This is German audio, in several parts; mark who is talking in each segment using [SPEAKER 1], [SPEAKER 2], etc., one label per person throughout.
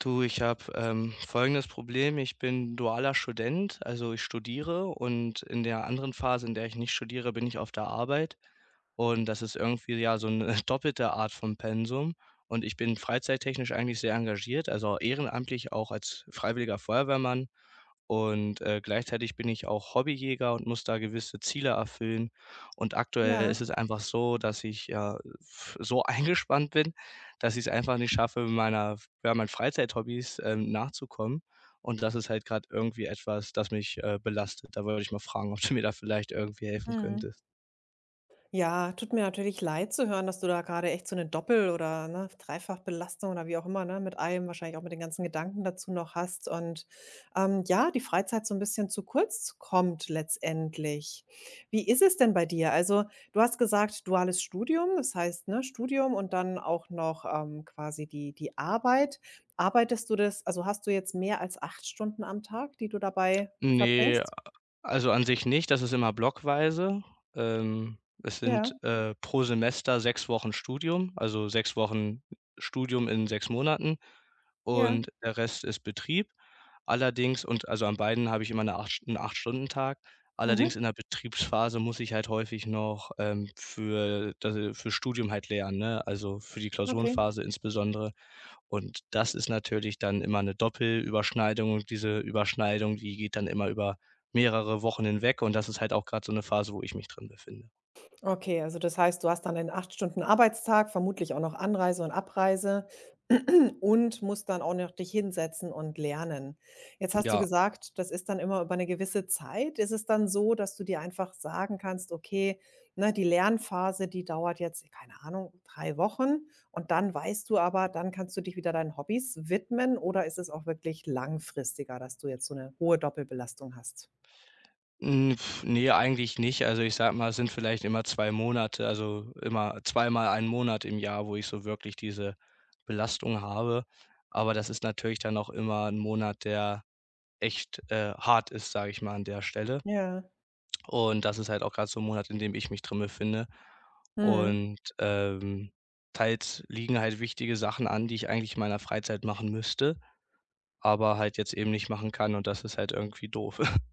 [SPEAKER 1] Du, ich habe folgendes Problem. Ich bin dualer Student, also ich studiere und in der anderen Phase, in der ich nicht studiere, bin ich auf der Arbeit. Und das ist irgendwie ja so eine doppelte Art von Pensum. Und ich bin freizeittechnisch eigentlich sehr engagiert, also ehrenamtlich auch als freiwilliger Feuerwehrmann und, gleichzeitig bin ich auch Hobbyjäger und muss da gewisse Ziele erfüllen. Und aktuell
[SPEAKER 2] Ja,
[SPEAKER 1] ist es einfach so, dass ich, ja, f so eingespannt bin, dass ich es einfach nicht schaffe, meinen Freizeithobbys, nachzukommen. Und das ist halt gerade irgendwie etwas, das mich, belastet. Da wollte ich mal fragen, ob du mir da vielleicht irgendwie helfen
[SPEAKER 2] mhm.
[SPEAKER 1] könntest.
[SPEAKER 2] Ja, tut mir natürlich leid zu hören, dass du da gerade echt so eine Doppel oder, ne, Dreifachbelastung oder wie auch immer, ne, mit allem wahrscheinlich auch mit den ganzen Gedanken dazu noch hast und, ja, die Freizeit so ein bisschen zu kurz kommt letztendlich. Wie ist es denn bei dir? Also, du hast gesagt, duales Studium, das heißt, ne, Studium und dann auch noch, quasi die Arbeit. Arbeitest du das also, hast du jetzt mehr als 8 Stunden am Tag, die du dabei
[SPEAKER 1] Ne,
[SPEAKER 2] verbringst?
[SPEAKER 1] also an sich nicht, das ist immer blockweise. Es
[SPEAKER 2] Ja,
[SPEAKER 1] sind, pro Semester 6 Wochen Studium, also 6 Wochen Studium in 6 Monaten
[SPEAKER 2] ja.
[SPEAKER 1] und der Rest ist Betrieb. Allerdings, also, an beiden habe ich immer eine acht 'n Acht-Stunden-Tag.
[SPEAKER 2] Mhm,
[SPEAKER 1] Allerdings in der Betriebsphase muss ich halt häufig noch, für Studium halt lernen, ne? Also, für die
[SPEAKER 2] okay.
[SPEAKER 1] Klausurenphase insbesondere. Und das ist natürlich dann immer eine Doppelüberschneidung und diese Überschneidung, die geht dann immer über mehrere Wochen hinweg und das ist halt auch gerade so 'ne Phase, wo ich mich drin befinde.
[SPEAKER 2] Okay, also das heißt, du hast dann einen 8 Stunden Arbeitstag, vermutlich auch noch Anreise und Abreise und musst dann auch noch dich hinsetzen und lernen. Jetzt hast du
[SPEAKER 1] Ja,
[SPEAKER 2] gesagt, das ist dann immer über eine gewisse Zeit. Ist es dann so, dass du dir einfach sagen kannst: „Okay, ne, die Lernphase, die dauert jetzt, keine Ahnung, 3 Wochen" und dann weißt du aber, dann kannst du dich wieder deinen Hobbys widmen oder ist es auch wirklich langfristiger, dass du jetzt so eine hohe Doppelbelastung hast?
[SPEAKER 1] hm, ne, eigentlich nicht. Also, ich sage mal, es sind vielleicht immer 2 Monate, also, immer zweimal einen Monat im Jahr, wo ich so wirklich diese Belastung habe. Aber das ist natürlich dann auch immer 'n Monat, der echt, hart ist, sage ich mal an der Stelle.
[SPEAKER 2] Ja,
[SPEAKER 1] Und das ist halt auch gerade so 'n Monat, in dem ich mich drin befinde.
[SPEAKER 2] mhm.
[SPEAKER 1] Und, teils liegen halt wichtige Sachen an, die ich eigentlich in meiner Freizeit machen müsste, aber halt jetzt eben nicht machen kann und das ist halt irgendwie doof.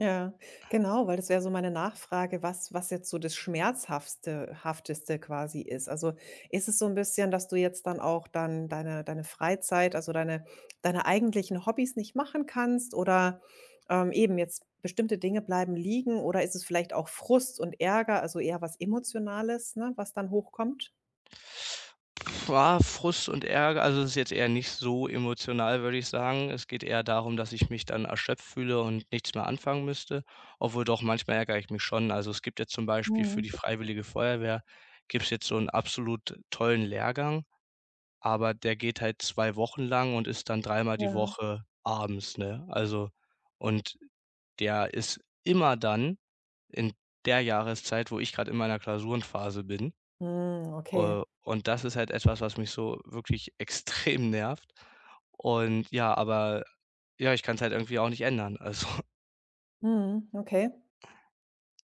[SPEAKER 2] Ja, genau, weil das wäre so meine Nachfrage, was jetzt so das schmerzhafteste Hafteste quasi ist. Also, ist es so ein bisschen, dass du jetzt dann auch dann deine Freizeit, also deine eigentlichen Hobbys nicht machen kannst oder, eben jetzt bestimmte Dinge bleiben liegen oder ist es vielleicht auch Frust und Ärger, also eher was Emotionales, ne, was dann hochkommt?
[SPEAKER 1] Ah, Frust und Ärger, also es ist jetzt eher nicht so emotional, würde ich sagen. Es geht eher darum, dass ich mich dann erschöpft fühle und nichts mehr anfangen müsste, obwohl doch, manchmal ärgere ich mich schon. Also, es gibt jetzt zum Beispiel für die
[SPEAKER 2] Mhm.
[SPEAKER 1] Freiwillige Feuerwehr gibt's jetzt so 'n absolut tollen Lehrgang. Aber der geht halt 2 Wochen lang und ist dann dreimal die
[SPEAKER 2] Ja.
[SPEAKER 1] Woche abends, ne? Und der ist immer dann in der Jahreszeit, wo ich grad in meiner Klausurenphase bin.
[SPEAKER 2] Mhm, okay.
[SPEAKER 1] Und das ist halt etwas, was mich so wirklich extrem nervt. Und ja, aber ja, ich kann's halt irgendwie auch nicht ändern. Also.
[SPEAKER 2] Mhm, okay.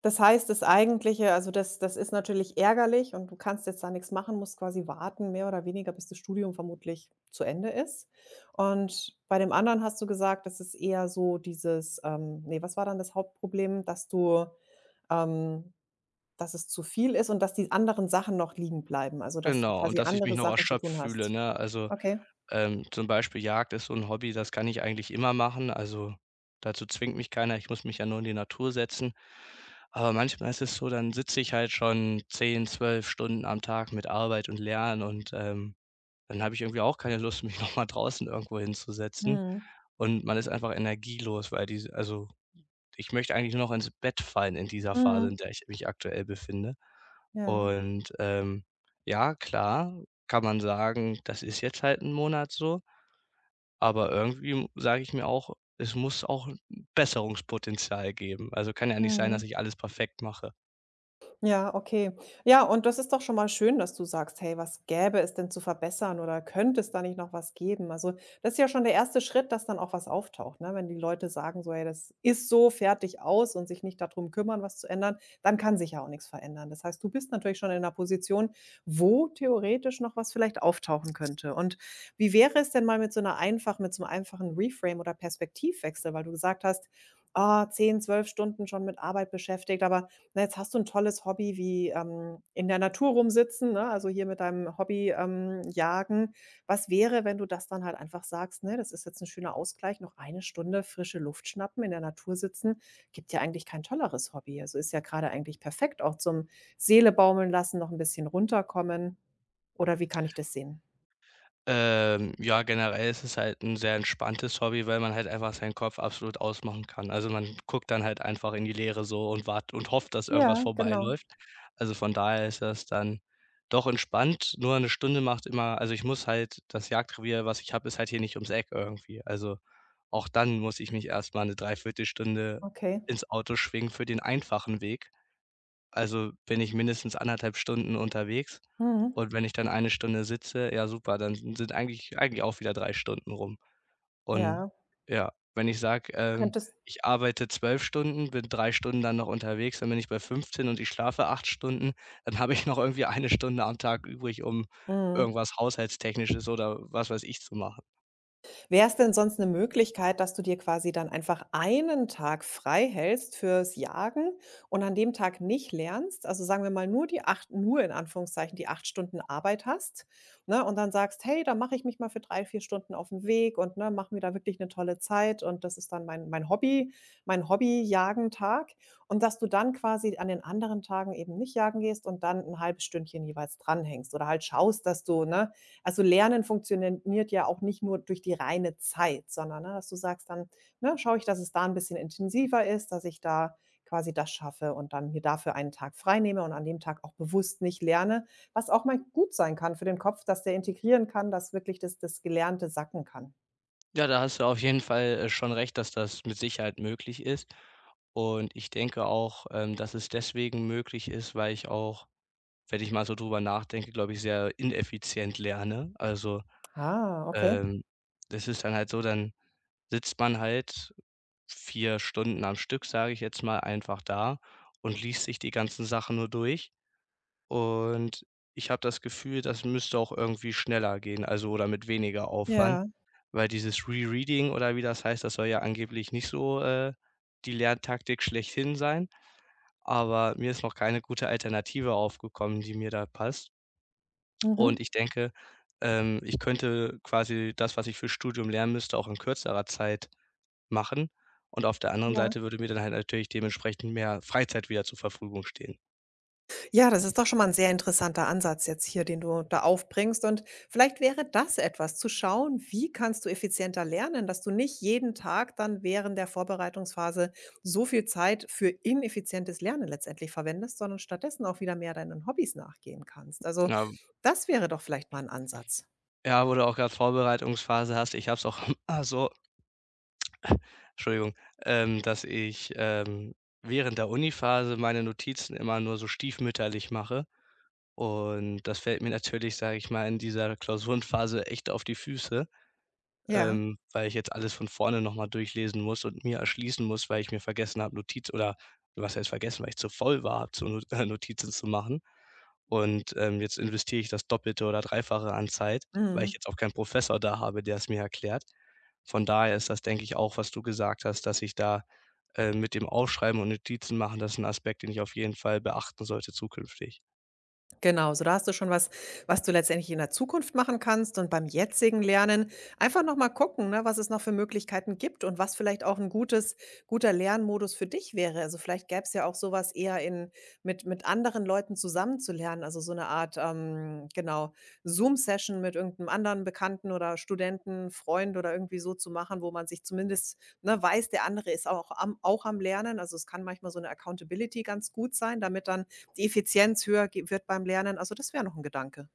[SPEAKER 2] Das heißt, das Eigentliche, also das ist natürlich ärgerlich und du kannst jetzt da nichts machen, musst quasi warten, mehr oder weniger, bis das Studium vermutlich zu Ende ist. Und bei dem anderen hast du gesagt, das ist eher so dieses, ne, was war dann das Hauptproblem? Ähm, dass es zu viel ist und dass die anderen Sachen noch liegen bleiben, also dass du
[SPEAKER 1] Genau, und
[SPEAKER 2] quasi
[SPEAKER 1] dass ich
[SPEAKER 2] andere
[SPEAKER 1] mich noch
[SPEAKER 2] Sachen zu
[SPEAKER 1] erschöpft
[SPEAKER 2] tun
[SPEAKER 1] fühle,
[SPEAKER 2] hast.
[SPEAKER 1] ne? Also,
[SPEAKER 2] Okay.
[SPEAKER 1] zum Beispiel Jagd ist so 'n Hobby, das kann ich eigentlich immer machen. Also, dazu zwingt mich keiner. Ich muss mich ja nur in die Natur setzen. Aber manchmal ist es so, dann sitze ich halt schon 10, 12 Stunden am Tag mit Arbeit und Lernen und, dann habe ich irgendwie auch keine Lust, mich noch mal draußen irgendwo hinzusetzen
[SPEAKER 2] Mhm.
[SPEAKER 1] und man ist einfach energielos, weil diese also, ich möchte eigentlich nur noch ins Bett fallen in dieser Phase,
[SPEAKER 2] Mhm.
[SPEAKER 1] in der ich mich aktuell befinde.
[SPEAKER 2] Ja.
[SPEAKER 1] Und, ja, klar, kann man sagen, das ist jetzt halt ein Monat so, aber irgendwie sage ich mir auch, es muss auch 'n Besserungspotenzial geben. Also, kann ja nicht sein, dass
[SPEAKER 2] Mhm.
[SPEAKER 1] ich alles perfekt mache.
[SPEAKER 2] Ja, okay. Ja, und das ist doch schon mal schön, dass du sagst: „Hey, was gäbe es denn zu verbessern oder könnte es da nicht noch was geben?" Also, das ist ja schon der erste Schritt, dass dann auch was auftaucht, ne? Wenn die Leute sagen so: „Hey, das ist so, fertig, aus" und sich nicht darum kümmern, was zu ändern, dann kann sich ja auch nichts verändern. Das heißt, du bist natürlich schon in 'ner Position, wo theoretisch noch was vielleicht auftauchen könnte. Und wie wäre es denn mal mit so einem einfachen Reframe oder Perspektivwechsel, weil du gesagt hast: „Ah, 10, 12 Stunden schon mit Arbeit beschäftigt, aber na, jetzt hast du ein tolles Hobby wie, in der Natur rumsitzen, ne, also hier mit deinem Hobby, Jagen. Was wäre, wenn du das dann halt einfach sagst, ne, das ist jetzt ein schöner Ausgleich, noch eine Stunde frische Luft schnappen, in der Natur sitzen, gibt ja eigentlich kein tolleres Hobby. Also ist ja gerade eigentlich perfekt auch zum Seele baumeln lassen, noch ein bisschen runterkommen. Oder wie kann ich das sehen?
[SPEAKER 1] Ja, generell ist es halt ein sehr entspanntes Hobby, weil man halt einfach seinen Kopf absolut ausmachen kann. Also, man guckt dann halt einfach in die Leere so und wart und hofft, dass irgendwas
[SPEAKER 2] Ja, genau.
[SPEAKER 1] vorbeiläuft. Also, von daher ist das dann doch entspannt. Nur eine Stunde macht immer also, ich muss halt das Jagdrevier, was ich habe, ist halt hier nicht ums Eck irgendwie. Also, auch dann muss ich mich erst mal 'ne Dreiviertelstunde
[SPEAKER 2] Okay.
[SPEAKER 1] ins Auto schwingen für den einfachen Weg. Also, bin ich mindestens anderthalb Stunden unterwegs
[SPEAKER 2] Mhm.
[SPEAKER 1] und wenn ich dann eine Stunde sitze, ja super, dann sind eigentlich auch wieder 3 Stunden rum. Und
[SPEAKER 2] Ja,
[SPEAKER 1] ja, wenn ich sage,
[SPEAKER 2] könntest
[SPEAKER 1] ich arbeite 12 Stunden, bin 3 Stunden dann noch unterwegs, dann bin ich bei 15 und ich schlafe 8 Stunden, dann habe ich noch irgendwie eine Stunde am Tag übrig, um
[SPEAKER 2] mhm.
[SPEAKER 1] irgendwas Haushaltstechnisches oder was weiß ich zu machen.
[SPEAKER 2] Wäre es denn sonst eine Möglichkeit, dass du dir quasi dann einfach einen Tag frei hältst fürs Jagen und an dem Tag nicht lernst? Also, sagen wir mal, nur die 8, nur in Anführungszeichen die 8 Stunden Arbeit hast, ne, und dann sagst: „Hey, da mache ich mich mal für 3, 4 Stunden auf den Weg und, ne, mache mir da wirklich eine tolle Zeit und das ist dann mein Hobby mein hobby jagentag. Und dass du dann quasi an den anderen Tagen eben nicht jagen gehst und dann ein halbes Stündchen jeweils dranhängst oder halt schaust, dass du, ne, also, Lernen funktioniert ja auch nicht nur durch die reine Zeit, sondern, ne, dass du sagst dann, ne, schaue ich, dass es da ein bisschen intensiver ist, dass ich da quasi das schaffe und dann mir dafür einen Tag freinehme und an dem Tag auch bewusst nicht lerne, was auch mal gut sein kann für den Kopf, dass der integrieren kann, dass wirklich das Gelernte sacken kann.
[SPEAKER 1] Ja, da hast du auf jeden Fall, schon recht, dass das mit Sicherheit möglich ist. Und ich denke auch, dass es deswegen möglich ist, weil ich auch wenn ich mal so drüber nachdenke, glaube ich, sehr ineffizient lerne. Also,
[SPEAKER 2] Ah, okay.
[SPEAKER 1] ähm, das ist dann halt so, dann sitzt man halt 4 Stunden am Stück, sage ich jetzt mal, einfach da und liest sich die ganzen Sachen nur durch. Und ich habe das Gefühl, das müsste auch irgendwie schneller gehen, oder mit weniger Aufwand,
[SPEAKER 2] Ja.
[SPEAKER 1] weil dieses Rereading oder wie das heißt, das soll ja angeblich nicht so, die Lerntaktik schlechthin sein, aber mir ist noch keine gute Alternative aufgekommen, die mir da passt.
[SPEAKER 2] Mhm.
[SPEAKER 1] Und ich denke, ich könnte quasi das, was ich fürs Studium lernen müsste, auch in kürzerer Zeit machen. Und auf der anderen
[SPEAKER 2] Ja.
[SPEAKER 1] Seite würde mir dann halt natürlich dementsprechend mehr Freizeit wieder zur Verfügung stehen.
[SPEAKER 2] Ja, das ist doch schon mal ein sehr interessanter Ansatz jetzt hier, den du da aufbringst und vielleicht wäre das etwas, zu schauen, wie kannst du effizienter lernen, dass du nicht jeden Tag dann während der Vorbereitungsphase so viel Zeit für ineffizientes Lernen letztendlich verwendest, sondern stattdessen auch wieder mehr deinen Hobbys nachgehen kannst. Also,
[SPEAKER 1] Ja,
[SPEAKER 2] das wäre doch vielleicht mal ein Ansatz.
[SPEAKER 1] ja, wo du auch gerade Vorbereitungsphase hast, ich habe es auch ah, so, Entschuldigung, dass ich, während der Uni-Phase meine Notizen immer nur so stiefmütterlich mache und das fällt mir natürlich, sage ich mal, in dieser Klausurenphase echt auf die Füße.
[SPEAKER 2] Ja,
[SPEAKER 1] Weil ich jetzt alles von vorne noch mal durchlesen muss und mir erschließen muss, weil ich mir vergessen habe, Notiz oder was heißt vergessen, weil ich zu voll war, zu No Notizen zu machen. Und, jetzt investiere ich das Doppelte oder Dreifache an Zeit, weil ich
[SPEAKER 2] mhm.
[SPEAKER 1] jetzt auch keinen Professor da habe, der es mir erklärt. Von daher ist das, denke ich, auch, was du gesagt hast, dass ich da, mit dem Aufschreiben und Notizen machen, das ist ein Aspekt, den ich auf jeden Fall beachten sollte zukünftig.
[SPEAKER 2] Genau, so da hast du schon was, was du letztendlich in der Zukunft machen kannst und beim jetzigen Lernen einfach noch mal gucken, ne, was es noch für Möglichkeiten gibt und was vielleicht auch ein gutes guter Lernmodus für dich wäre. Also, vielleicht gäbe es ja auch sowas eher in mit anderen Leuten zusammen zu lernen, also, so eine Art, genau, Zoom-Session mit irgendeinem anderen Bekannten oder Studenten, Freund oder irgendwie so zu machen, wo man sich zumindest, ne, weiß, der andere ist auch am Lernen. Also, es kann manchmal so eine Accountability ganz gut sein, damit dann die Effizienz höher ge wird beim Lernen. Also, das wäre noch 'n Gedanke.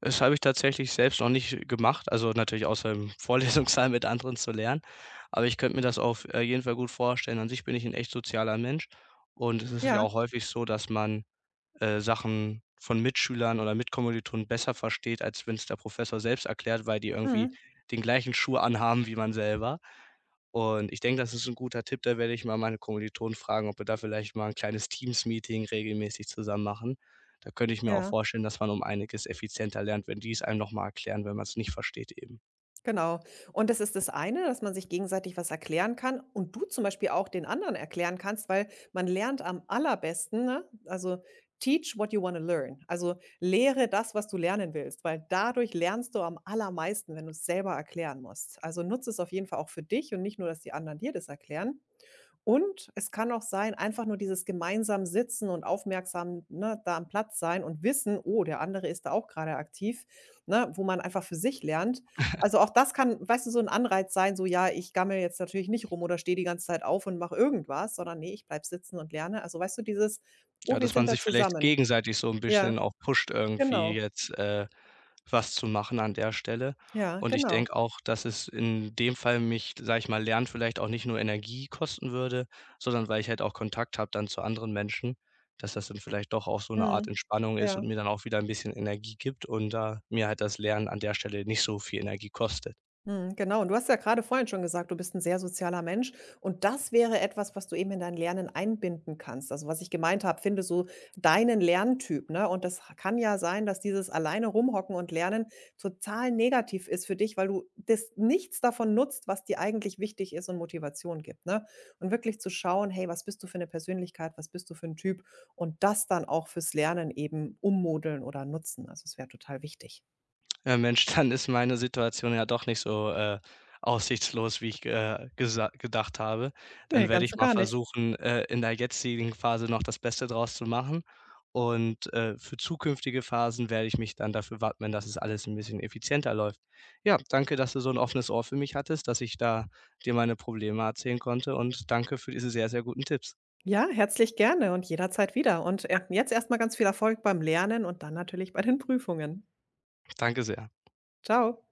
[SPEAKER 1] Das habe ich tatsächlich selbst noch nicht gemacht, also natürlich außer im Vorlesungssaal mit anderen zu lernen. Aber ich könnte mir das auf, jeden Fall gut vorstellen. An sich bin ich ein echt sozialer Mensch und es ist ja
[SPEAKER 2] Ja,
[SPEAKER 1] auch häufig so, dass man Sachen von Mitschülern oder Mitkommilitonen besser versteht, als wenn es der Professor selbst erklärt, weil die irgendwie
[SPEAKER 2] mhm,
[SPEAKER 1] den gleichen Schuh anhaben wie man selber. Und ich denke, das ist ein guter Tipp, da werde ich mal meine Kommilitonen fragen, ob wir da vielleicht mal ein kleines Teams-Meeting regelmäßig zusammen machen. Da könnte ich mir auch
[SPEAKER 2] ja,
[SPEAKER 1] vorstellen, dass man um einiges effizienter lernt, wenn die es einem noch mal erklären, wenn man es nicht versteht eben.
[SPEAKER 2] genau. Und das ist das eine, dass man sich gegenseitig was erklären kann und du zum Beispiel auch den anderen erklären kannst, weil man lernt am allerbesten, ne, also, teach what you wanna learn. Also, lehre das, was du lernen willst, weil dadurch lernst du am allermeisten, wenn du's selber erklären musst. Also, nutze es auf jeden Fall auch für dich und nicht nur, dass die anderen dir das erklären. Und es kann auch sein, einfach nur dieses gemeinsam sitzen und aufmerksam, ne, da am Platz sein und wissen: „Oh, der andere ist da auch gerade aktiv", ne, wo man einfach für sich lernt. Also, auch das kann, weißt du, so ein Anreiz sein, so: „Ja, ich gammele jetzt natürlich nicht rum oder stehe die ganze Zeit auf und mache irgendwas, sondern nee, ich bleib sitzen und lerne." Also, weißt du, dieses:
[SPEAKER 1] Ja,
[SPEAKER 2] „Oh, wir
[SPEAKER 1] dass man
[SPEAKER 2] sind da
[SPEAKER 1] sich vielleicht
[SPEAKER 2] zusammen."
[SPEAKER 1] gegenseitig so 'n
[SPEAKER 2] Ja,
[SPEAKER 1] bisschen auch pusht, irgendwie
[SPEAKER 2] genau.
[SPEAKER 1] jetzt, was zu machen an der Stelle.
[SPEAKER 2] Ja,
[SPEAKER 1] Und ich
[SPEAKER 2] genau.
[SPEAKER 1] denke auch, dass es in dem Fall mich, sage ich mal, Lernen vielleicht auch nicht nur Energie kosten würde, sondern weil ich halt auch Kontakt habe dann zu anderen Menschen, dass das dann vielleicht doch auch so 'ne Art
[SPEAKER 2] Mhm.
[SPEAKER 1] Entspannung ist und
[SPEAKER 2] Ja.
[SPEAKER 1] mir dann auch wieder 'n bisschen Energie gibt und da mir halt das Lernen an der Stelle nicht so viel Energie kostet.
[SPEAKER 2] Mhm, genau. Und du hast ja gerade vorhin schon gesagt, du bist ein sehr sozialer Mensch und das wäre etwas, was du eben in dein Lernen einbinden kannst. Also, was ich gemeint habe, finde so deinen Lerntyp, ne? Und das kann ja sein, dass dieses alleine rumhocken und lernen total negativ ist für dich, weil du das nichts davon nutzt, was dir eigentlich wichtig ist und Motivation gibt, ne? Und wirklich zu schauen: „Hey, was bist du für eine Persönlichkeit? Was bist du für 'n Typ?" Und das dann auch fürs Lernen eben ummodeln oder nutzen. Also, es wäre total wichtig.
[SPEAKER 1] Ja, Mensch, dann ist meine Situation ja doch nicht so, aussichtslos, wie ich, ge gesa gedacht habe. Dann
[SPEAKER 2] Ne,
[SPEAKER 1] werde
[SPEAKER 2] ganz
[SPEAKER 1] ich
[SPEAKER 2] und
[SPEAKER 1] mal
[SPEAKER 2] gar nicht.
[SPEAKER 1] versuchen, in der jetzigen Phase noch das Beste draus zu machen und, für zukünftige Phasen werde ich mich dann dafür wappnen, dass es alles ein bisschen effizienter läuft. Ja, danke, dass du so ein offenes Ohr für mich hattest, dass ich da dir meine Probleme erzählen konnte und danke für diese sehr, sehr guten Tipps.
[SPEAKER 2] Ja, herzlich gerne und jederzeit wieder. Und, jetzt erstmal ganz viel Erfolg beim Lernen und dann natürlich bei den Prüfungen.
[SPEAKER 1] Danke sehr.
[SPEAKER 2] Ciao.